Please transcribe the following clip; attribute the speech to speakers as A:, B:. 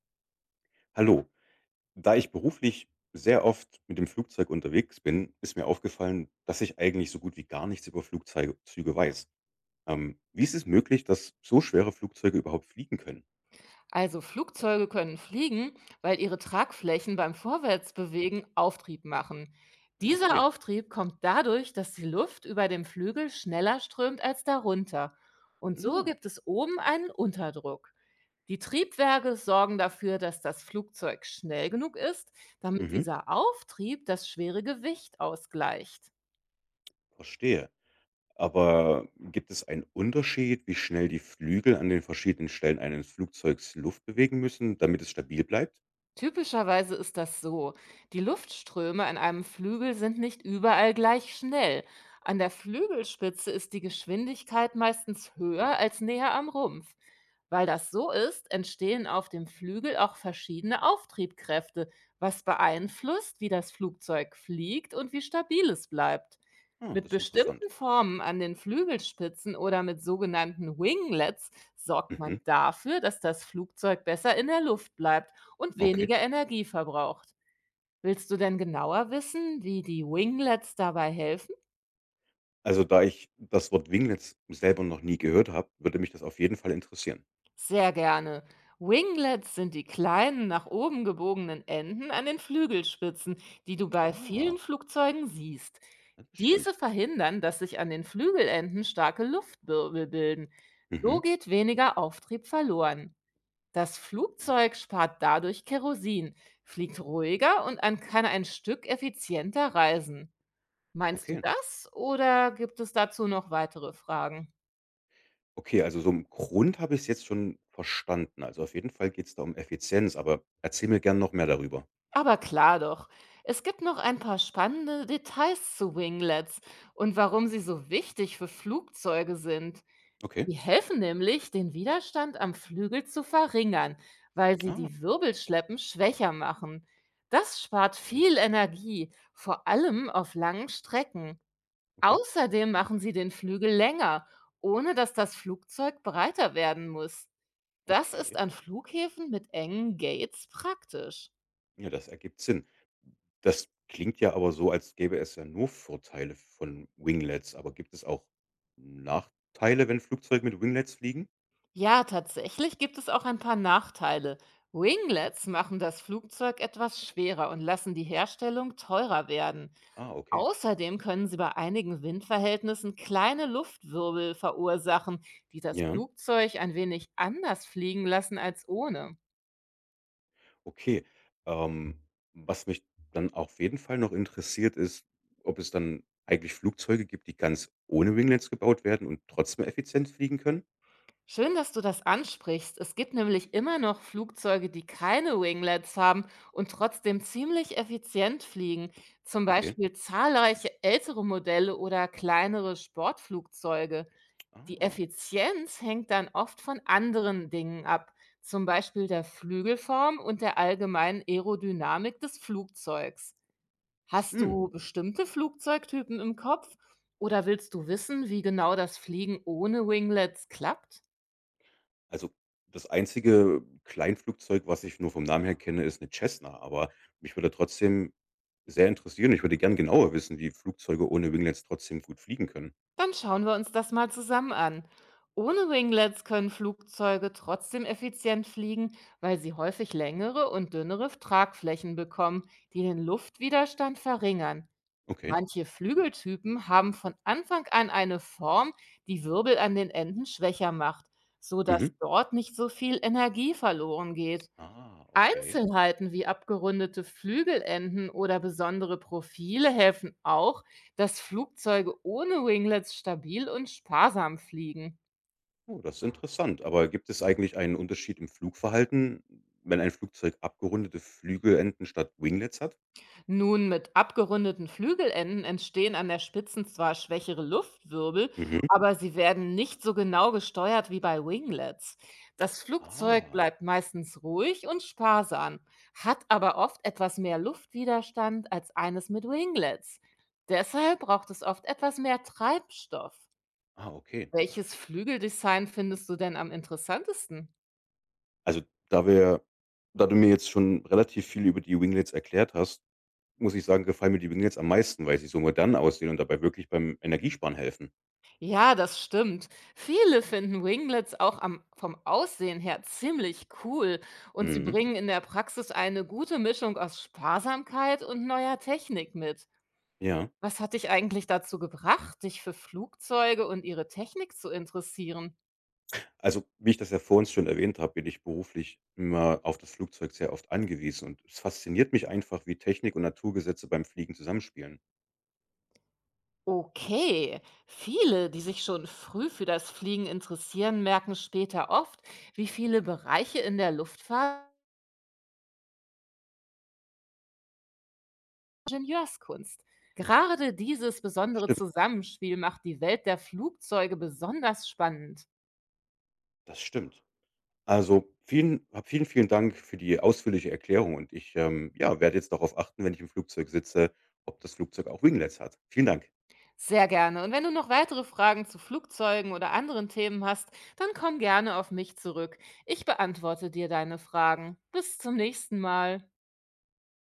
A: Hallo, da ich beruflich sehr oft mit dem Flugzeug unterwegs bin, ist mir aufgefallen, dass ich eigentlich so gut wie gar nichts über Flugzeuge Züge weiß. Wie ist es möglich, dass so schwere Flugzeuge überhaupt fliegen können?
B: Also Flugzeuge können fliegen, weil ihre Tragflächen beim Vorwärtsbewegen Auftrieb machen.
A: Ah,
B: Dieser
A: okay,
B: Auftrieb kommt dadurch, dass die Luft über dem Flügel schneller strömt als darunter. Und so
A: ja.
B: gibt es oben einen Unterdruck. Die Triebwerke sorgen dafür, dass das Flugzeug schnell genug ist, damit
A: Mhm,
B: dieser Auftrieb das schwere Gewicht ausgleicht.
A: verstehe. Aber gibt es einen Unterschied, wie schnell die Flügel an den verschiedenen Stellen eines Flugzeugs Luft bewegen müssen, damit es stabil bleibt?
B: Typischerweise ist das so. Die Luftströme an einem Flügel sind nicht überall gleich schnell. An der Flügelspitze ist die Geschwindigkeit meistens höher als näher am Rumpf. Weil das so ist, entstehen auf dem Flügel auch verschiedene Auftriebkräfte, was beeinflusst, wie das Flugzeug fliegt und wie stabil es bleibt.
A: Ah,
B: Mit
A: das ist interessant.
B: bestimmten Formen an den Flügelspitzen oder mit sogenannten Winglets sorgt
A: Mhm.
B: man dafür, dass das Flugzeug besser in der Luft bleibt und
A: Okay.
B: weniger Energie verbraucht. Willst du denn genauer wissen, wie die Winglets dabei helfen?
A: Also da ich das Wort Winglets selber noch nie gehört habe, würde mich das auf jeden Fall interessieren.
B: Sehr gerne. Winglets sind die kleinen, nach oben gebogenen Enden an den Flügelspitzen, die du bei vielen
A: Ah,
B: Flugzeugen siehst.
A: ja, das
B: Diese
A: stimmt.
B: verhindern, dass sich an den Flügelenden starke Luftwirbel bilden. So
A: Mhm.
B: geht weniger Auftrieb verloren. Das
A: Mhm.
B: Flugzeug spart dadurch Kerosin, fliegt ruhiger und kann ein Stück effizienter reisen. Meinst du
A: Okay.
B: das oder gibt es dazu noch weitere Fragen?
A: Okay, also so im Grund habe ich es jetzt schon verstanden. Also auf jeden Fall geht es da um Effizienz, aber erzähl mir gern noch mehr darüber.
B: Aber klar doch, es gibt noch ein paar spannende Details zu Winglets und warum sie so wichtig für Flugzeuge sind.
A: Okay.
B: Die helfen nämlich, den Widerstand am Flügel zu verringern, weil sie
A: Ah,
B: die Wirbelschleppen schwächer machen. Das spart
A: okay,
B: viel Energie, vor allem auf langen Strecken.
A: okay,
B: Außerdem machen sie den Flügel länger, ohne dass das Flugzeug breiter werden muss. Das ist
A: okay.
B: an Flughäfen mit engen Gates praktisch.
A: Ja, das ergibt Sinn. Das klingt ja aber so, als gäbe es ja nur Vorteile von Winglets, aber gibt es auch Nachteile, wenn Flugzeuge mit Winglets fliegen?
B: Ja, tatsächlich gibt es auch ein paar Nachteile. Winglets machen das Flugzeug etwas schwerer und lassen die Herstellung teurer werden.
A: Ah, okay.
B: Außerdem können sie bei einigen Windverhältnissen kleine Luftwirbel verursachen, die das
A: Ja.
B: Flugzeug ein wenig anders fliegen lassen als ohne.
A: Okay. Ähm, was mich dann auf jeden Fall noch interessiert, ist, ob es dann eigentlich Flugzeuge gibt, die ganz ohne Winglets gebaut werden und trotzdem effizient fliegen können?
B: Schön, dass du das ansprichst. Es gibt nämlich immer noch Flugzeuge, die keine Winglets haben und trotzdem ziemlich effizient fliegen. Zum
A: Okay.
B: Beispiel zahlreiche ältere Modelle oder kleinere Sportflugzeuge. Die
A: Ah.
B: Effizienz hängt dann oft von anderen Dingen ab, zum Beispiel der Flügelform und der allgemeinen Aerodynamik des Flugzeugs. Hast
A: Hm.
B: du bestimmte Flugzeugtypen im Kopf oder willst du wissen, wie genau das Fliegen ohne Winglets klappt?
A: Also das einzige Kleinflugzeug, was ich nur vom Namen her kenne, ist eine Cessna, aber mich würde trotzdem sehr interessieren. Ich würde gern genauer wissen, wie Flugzeuge ohne Winglets trotzdem gut fliegen können.
B: Dann schauen wir uns das mal zusammen an. Ohne Winglets können Flugzeuge trotzdem effizient fliegen, weil sie häufig längere und dünnere Tragflächen bekommen, die den Luftwiderstand verringern.
A: Okay.
B: Manche Flügeltypen haben von Anfang an eine Form, die Wirbel an den Enden schwächer macht, so
A: Mhm.
B: dass dort nicht so viel Energie verloren geht.
A: Ah, okay.
B: Einzelheiten wie abgerundete Flügelenden oder besondere Profile helfen auch, dass Flugzeuge ohne Winglets stabil und sparsam fliegen.
A: Oh, das ist interessant. Aber gibt es eigentlich einen Unterschied im Flugverhalten, wenn ein Flugzeug abgerundete Flügelenden statt Winglets hat?
B: Nun, mit abgerundeten Flügelenden entstehen an der Spitzen zwar schwächere Luftwirbel,
A: Mhm.
B: aber sie werden nicht so genau gesteuert wie bei Winglets. Das Flugzeug
A: Ah,
B: bleibt meistens ruhig und sparsam, hat aber oft etwas mehr Luftwiderstand als eines mit Winglets. Deshalb braucht es oft etwas mehr Treibstoff.
A: ah, okay.
B: Welches Flügeldesign findest du denn am interessantesten?
A: Also da wir, da du mir jetzt schon relativ viel über die Winglets erklärt hast, muss ich sagen, gefallen mir die Winglets am meisten, weil sie so modern aussehen und dabei wirklich beim Energiesparen helfen.
B: Ja, das stimmt. Viele finden Winglets vom Aussehen her ziemlich cool und sie
A: Mhm.
B: bringen in der Praxis eine gute Mischung aus Sparsamkeit und neuer Technik mit.
A: Ja,
B: Was hat dich eigentlich dazu gebracht, dich für Flugzeuge und ihre Technik zu interessieren?
A: also wie ich das ja vor uns schon erwähnt habe, bin ich beruflich immer auf das Flugzeug sehr oft angewiesen und es fasziniert mich einfach, wie Technik und Naturgesetze beim Fliegen zusammenspielen.
B: Okay, viele, die sich schon früh für das Fliegen interessieren, merken später oft, wie viele Bereiche in der Luftfahrt Ingenieurskunst. Gerade dieses besondere
A: Stimmt.
B: Zusammenspiel macht die Welt der Flugzeuge besonders spannend.
A: Das stimmt. Also, vielen Dank für die ausführliche Erklärung und ich werde jetzt darauf achten, wenn ich im Flugzeug sitze, ob das Flugzeug auch Winglets hat. Vielen Dank.
B: Sehr gerne. Und wenn du noch weitere Fragen zu Flugzeugen oder anderen Themen hast, dann komm gerne auf mich zurück. Ich beantworte dir deine Fragen. Bis zum nächsten Mal.